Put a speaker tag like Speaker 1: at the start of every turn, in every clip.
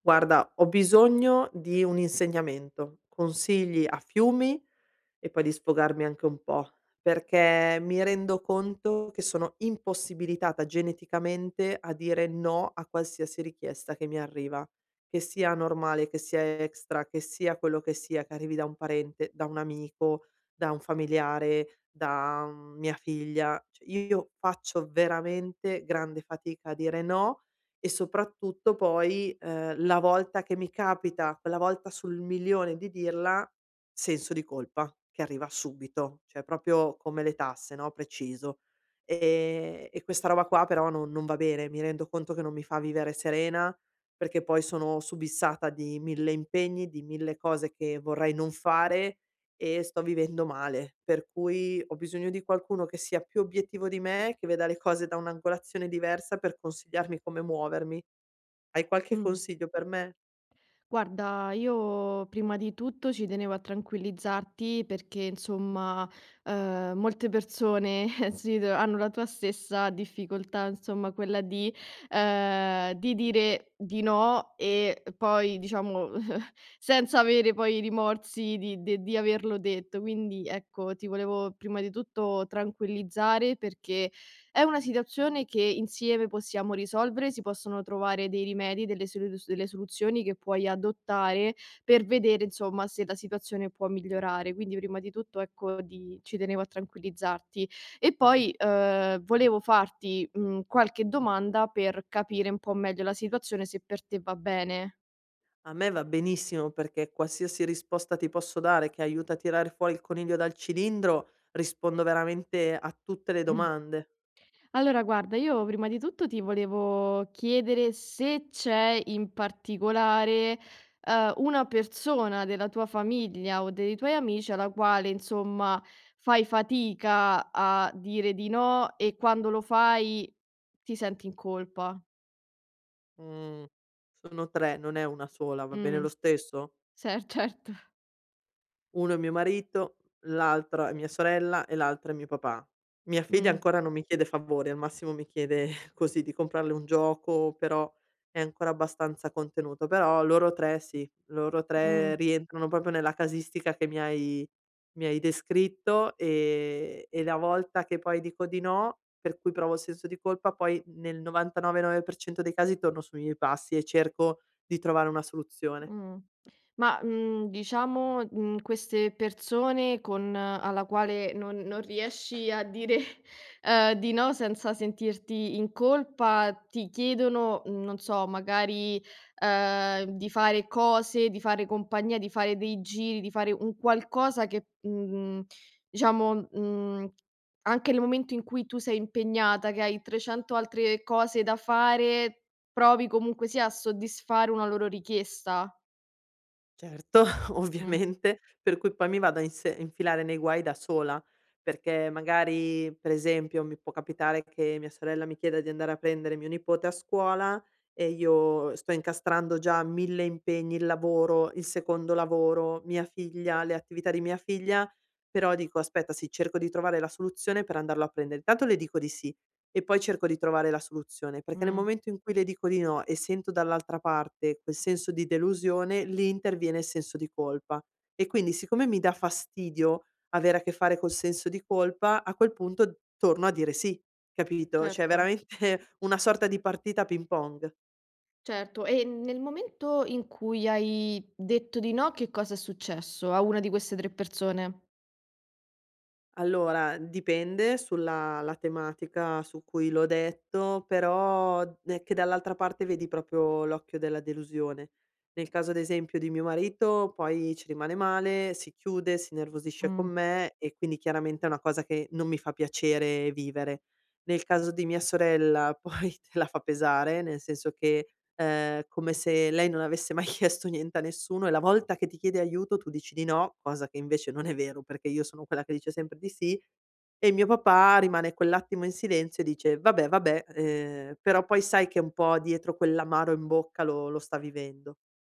Speaker 1: Guarda, ho bisogno di un insegnamento, consigli a fiumi, e poi di sfogarmi anche un po', perché mi rendo conto che sono impossibilitata geneticamente a dire no a qualsiasi richiesta che mi arriva, che sia normale, che sia extra, che sia quello che sia, che arrivi da un parente, da un amico, da un familiare, da mia figlia. Cioè, io faccio veramente grande fatica a dire no. E soprattutto poi la volta che mi capita, quella volta sul milione di dirla, senso di colpa che arriva subito, cioè proprio come le tasse, no, preciso. E questa roba qua però non va bene, mi rendo conto che non mi fa vivere serena, perché poi sono subissata di 1000 impegni, di 1000 cose che vorrei non fare e sto vivendo male. Per cui ho bisogno di qualcuno che sia più obiettivo di me, che veda le cose da un'angolazione diversa per consigliarmi come muovermi. Hai qualche
Speaker 2: Mh.
Speaker 1: consiglio per me?
Speaker 2: Guarda, io prima di tutto ci tenevo a tranquillizzarti perché insomma, molte persone si tro hanno la tua stessa difficoltà, insomma quella di dire di no e poi diciamo senza avere poi i rimorsi di averlo detto. Quindi ecco, ti volevo prima di tutto tranquillizzare perché è una situazione che insieme possiamo risolvere, si possono trovare dei rimedi, delle soluzioni che puoi adottare per vedere insomma se la situazione può migliorare. Quindi prima di tutto ecco di ci tenevo a tranquillizzarti. E poi, volevo farti, qualche domanda per capire un po' meglio la situazione, se per te va bene.
Speaker 1: A me va benissimo perché qualsiasi risposta ti posso dare che aiuta a tirare fuori il coniglio dal cilindro, rispondo veramente a tutte le domande.
Speaker 2: Allora guarda, io prima di tutto ti volevo chiedere se c'è in particolare, una persona della tua famiglia o dei tuoi amici alla quale insomma fai fatica a dire di no e quando lo fai ti senti in colpa.
Speaker 1: Mhmm, sono 3, non è una sola, va bene lo
Speaker 2: Mh,
Speaker 1: stesso?
Speaker 2: se certo.
Speaker 1: Uno è mio marito, l'altra è mia sorella e l'altra è mio papà. Mia figlia
Speaker 2: Mh,
Speaker 1: ancora non mi chiede favori, al massimo mi chiede così di comprarle un gioco, però è ancora abbastanza contenuto. Però loro 3 sì, loro
Speaker 2: mh.
Speaker 1: 3 rientrano proprio nella casistica che mi hai descritto, e la volta che poi dico di no, per cui provo il senso di colpa, poi nel 99,9% dei casi torno sui miei passi e cerco di trovare una soluzione.
Speaker 2: Mh. Ma, diciamo, queste persone con alla quale non riesci a dire, di no senza sentirti in colpa, ti chiedono, non so, magari, di fare cose, di fare compagnia, di fare dei giri, di fare un qualcosa che, diciamo, anche nel momento in cui tu sei impegnata, che hai 300 altre cose da fare, provi comunque sia a soddisfare una loro richiesta.
Speaker 1: Certo,
Speaker 2: Mh,
Speaker 1: ovviamente, per cui poi mi vado a inse infilare nei guai da sola, perché magari, per esempio, mi può capitare che mia sorella mi chieda di andare a prendere mio nipote a scuola e io sto incastrando già 1000 impegni, il lavoro, il secondo lavoro, mia figlia, le attività di mia figlia, però dico: "Aspetta, sì, cerco di trovare la soluzione per andarlo a prendere". Intanto le dico di sì, e poi cerco di trovare la soluzione, perché nel
Speaker 2: mh,
Speaker 1: momento in cui le dico di no e sento dall'altra parte quel senso di delusione, lì interviene il senso di colpa. E quindi siccome mi dà fastidio avere a che fare col senso di colpa, a quel punto torno a dire sì, capito? Cioè è
Speaker 2: certo,
Speaker 1: veramente una sorta di partita a ping pong.
Speaker 2: certo. E nel momento in cui hai detto di no, che cosa è successo a una di queste 3 persone?
Speaker 1: Allora, dipende sulla la tematica su cui l'ho detto, però è che dall'altra parte vedi proprio l'occhio della delusione. Nel caso ad esempio di mio marito, poi ci rimane male, si chiude, si innervosisce con
Speaker 2: Mh.
Speaker 1: me e quindi chiaramente è una cosa che non mi fa piacere vivere. Nel caso di mia sorella poi te la fa pesare, nel senso che come se lei non avesse mai chiesto niente a nessuno e la volta che ti chiede aiuto tu dici di no, cosa che invece non è vero, perché io sono quella che dice sempre di sì, e mio papà rimane quell'attimo in silenzio e dice: "Vabbè, vabbè", però poi sai che un po' dietro quell'amaro in bocca lo sta vivendo.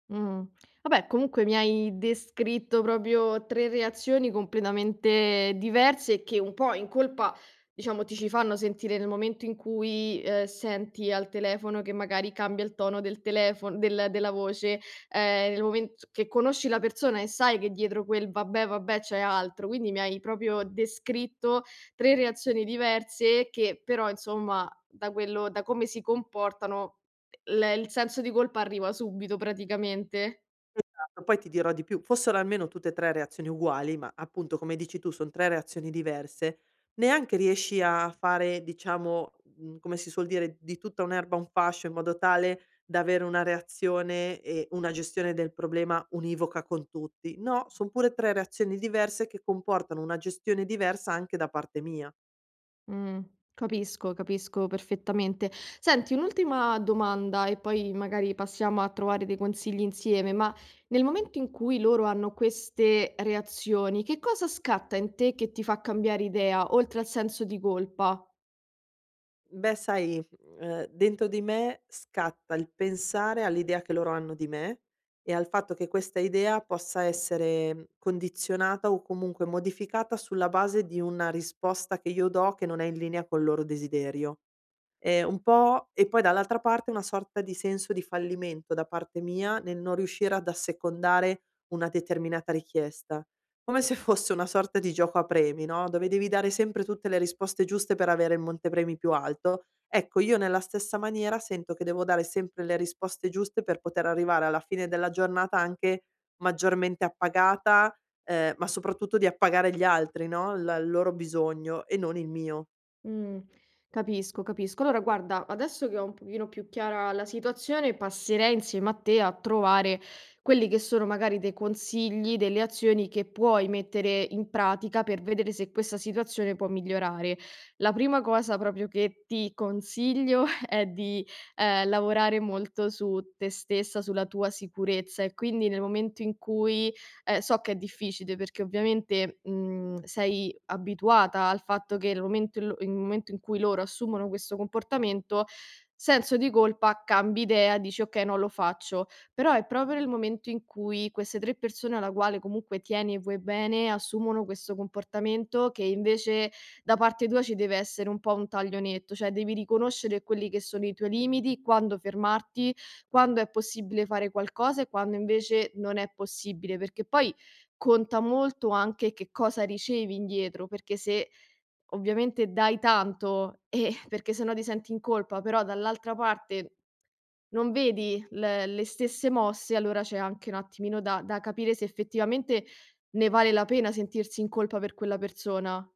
Speaker 2: Mh. Vabbè, comunque mi hai descritto proprio 3 reazioni completamente diverse che un po' in colpa, diciamo, ti ci fanno sentire nel momento in cui, senti al telefono che magari cambia il tono del telefon del della voce, nel moment che conosci la persona e sai che dietro quel "vabbè, vabbè" c'è altro. Quindi mi hai proprio descritto 3 reazioni diverse che però, insomma, da come si comportano l il senso di colpa arriva subito praticamente.
Speaker 1: Esatto, poi ti dirò di più, fossero almeno tutte e 3 reazioni uguali, ma appunto come dici tu son 3 reazioni diverse, neanche riesci a fare diciamo, mhmm, come si suol dire, di tutta un'erba un fascio, in modo tale da avere una reazione e una gestione del problema univoca con tutti. No, son pure 3 reazioni diverse che comportano una gestione diversa anche da parte mia.
Speaker 2: Mh, capisco, capisco perfettamente. Senti, un'ultima domanda e poi magari passiamo a trovare dei consigli insieme, ma nel momento in cui loro hanno queste reazioni, che cosa scatta in te che ti fa cambiare idea, oltre al senso di colpa?
Speaker 1: Beh, sai, dentro di me scatta il pensare all'idea che loro hanno di me e al fatto che questa idea possa essere condizionata o comunque modificata sulla base di una risposta che io do che non è in linea col loro desiderio. Un po' e poi dall'altra parte una sorta di senso di fallimento da parte mia nel non riuscire ad assecondare una determinata richiesta. Come se fosse una sorta di gioco a premi, no, dove devi dare sempre tutte le risposte giuste per avere il montepremi più alto. Ecco, io nella stessa maniera sento che devo dare sempre le risposte giuste per poter arrivare alla fine della giornata anche maggiormente appagata, ma soprattutto di appagare gli altri, no, la il loro bisogno e non il mio.
Speaker 2: Mh, capisco, capisco. Allora guarda, adesso che ho un pochino più chiara la situazione, passerei insieme a te a trovare quelli che sono magari dei consigli, delle azioni che puoi mettere in pratica per vedere se questa situazione può migliorare. La prima cosa proprio che ti consiglio è di, lavorare molto su te stessa, sulla tua sicurezza e quindi nel momento in cui, so che è difficile perché ovviamente, sei abituata al fatto che il momento in cui loro assumono questo comportamento, senso di colpa, cambi idea, dici: "Okay, non lo faccio". Però è proprio nel momento in cui queste 3 persone alla quale comunque tieni e vuoi bene, assumono questo comportamento che invece da parte tua ci deve essere un po' un taglio netto, cioè devi riconoscere quelli che sono i tuoi limiti, quando fermarti quando è possibile fare qualcosa e quando invece non è possibile, perché poi conta molto anche che cosa ricevi indietro, perché se ovviamente dai tanto, perché se no ti senti in colpa, però dall'altra parte non vedi le stesse mosse, allora c'è anche un attimino da capire se effettivamente ne vale la pena sentirsi in colpa per quella persona.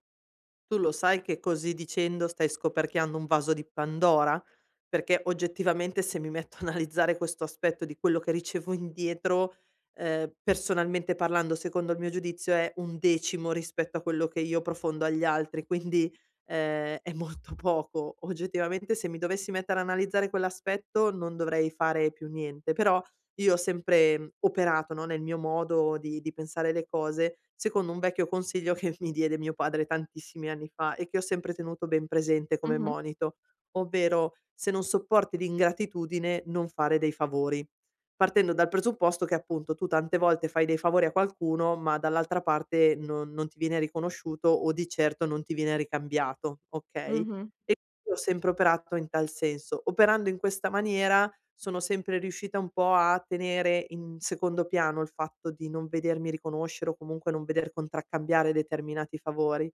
Speaker 1: Tu lo sai che così dicendo stai scoperchiando un vaso di Pandora? Perché oggettivamente se mi metto a analizzare questo aspetto di quello che ricevo indietro, personalmente parlando, secondo il mio giudizio è un decimo rispetto a quello che io profondo agli altri, quindi, è molto poco. Oggettivamente se mi dovessi mettere a analizzare quell'aspetto non dovrei fare più niente, però io ho sempre operato, no, nel mio modo di pensare le cose, secondo un vecchio consiglio che mi diede mio padre tantissimi anni fa e che ho sempre tenuto ben presente come
Speaker 2: Mh-mh,
Speaker 1: monito, ovvero: "Se non sopporti l'ingratitudine, non fare dei favori." Partendo dal presupposto che appunto tu tante volte fai dei favori a qualcuno, ma dall'altra parte non ti viene riconosciuto o di certo non ti viene ricambiato, okay?
Speaker 2: mh-mh,
Speaker 1: E io ho sempre operato in tal senso. Operando in questa maniera sono sempre riuscita un po' a tenere in secondo piano il fatto di non vedermi riconoscere o comunque non veder contraccambiare determinati favori.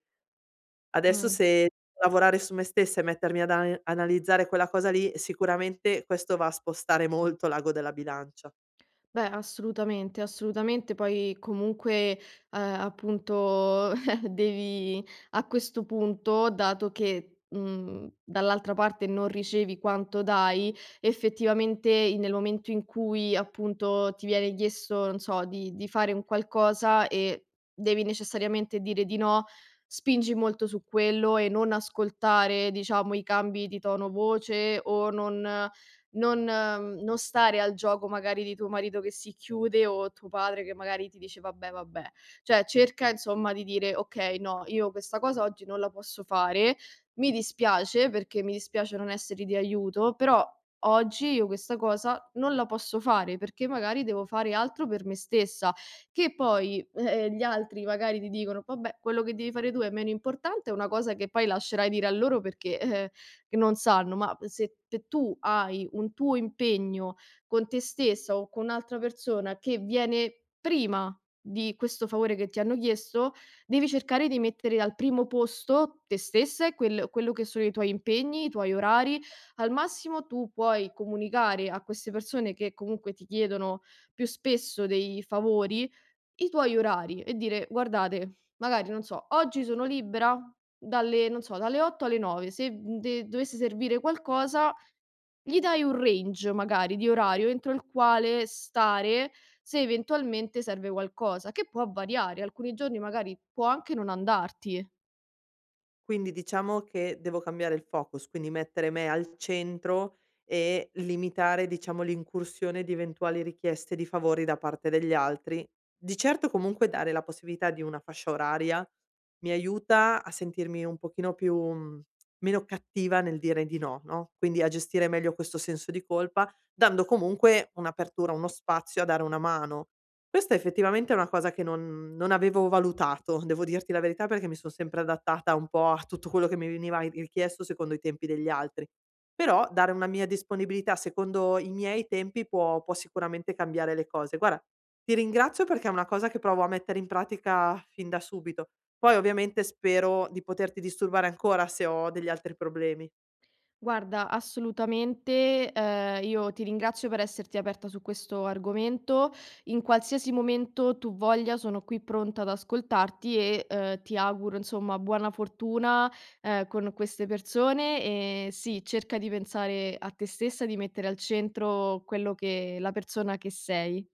Speaker 1: Adesso
Speaker 2: mh.
Speaker 1: se lavorare su me stessa e mettermi ad analizzare quella cosa lì, sicuramente questo va a spostare molto l'ago della bilancia.
Speaker 2: Beh, assolutamente, assolutamente. Poi comunque, appunto, devi a questo punto, dato che dall'altra parte non ricevi quanto dai, effettivamente nel momento in cui appunto ti viene chiesto, non so, di fare un qualcosa e devi necessariamente dire di no, spingi molto su quello e non ascoltare, diciamo, i cambi di tono voce o non stare al gioco magari di tuo marito che si chiude o tuo padre che magari ti dice: "Vabbè, vabbè". Cioè cerca insomma di dire: "Okay, no, io questa cosa oggi non la posso fare, mi dispiace perché mi dispiace non esserti di aiuto, però oggi io questa cosa non la posso fare perché magari devo fare altro per me stessa". Che poi, gli altri magari ti dicono: "Vabbè, quello che devi fare tu è meno importante", è una cosa che poi lascerai dire a loro perché, che non sanno, ma se p tu hai un tuo impegno con te stessa o con un'altra persona che viene prima di questo favore che ti hanno chiesto, devi cercare di mettere al primo posto te stessa e quello che sono i tuoi impegni, i tuoi orari. Al massimo tu puoi comunicare a queste persone che comunque ti chiedono più spesso dei favori i tuoi orari e dire: "Guardate, magari non so, oggi sono libera dalle non so, dalle 8 alle 9, se, de dovesse servire qualcosa" gli dai un range magari di orario entro il quale stare se eventualmente serve qualcosa, che può variare. Alcuni giorni magari può anche non andarti.
Speaker 1: Quindi diciamo che devo cambiare il focus, quindi mettere me al centro e limitare, diciamo, l'incursione di eventuali richieste di favori da parte degli altri. Di certo comunque dare la possibilità di una fascia oraria mi aiuta a sentirmi un pochino più meno cattiva nel dire di no, no, quindi a gestire meglio questo senso di colpa, dando comunque un'apertura, uno spazio a dare una mano. Questa effettivamente è una cosa che non avevo valutato, devo dirti la verità, perché mi son sempre adattata un po' a tutto quello che mi veniva i richiesto secondo i tempi degli altri. Però dare una mia disponibilità secondo i miei tempi può sicuramente cambiare le cose. Guarda, ti ringrazio perché è una cosa che provo a mettere in pratica fin da subito. Poi ovviamente spero di poterti disturbare ancora se ho degli altri problemi.
Speaker 2: Guarda, assolutamente, io ti ringrazio per esserti aperta su questo argomento. In qualsiasi momento tu voglia sono qui pronta ad ascoltarti e, ti auguro insomma buona fortuna, con queste persone e sì, cerca di pensare a te stessa, di mettere al centro quello che la persona che sei.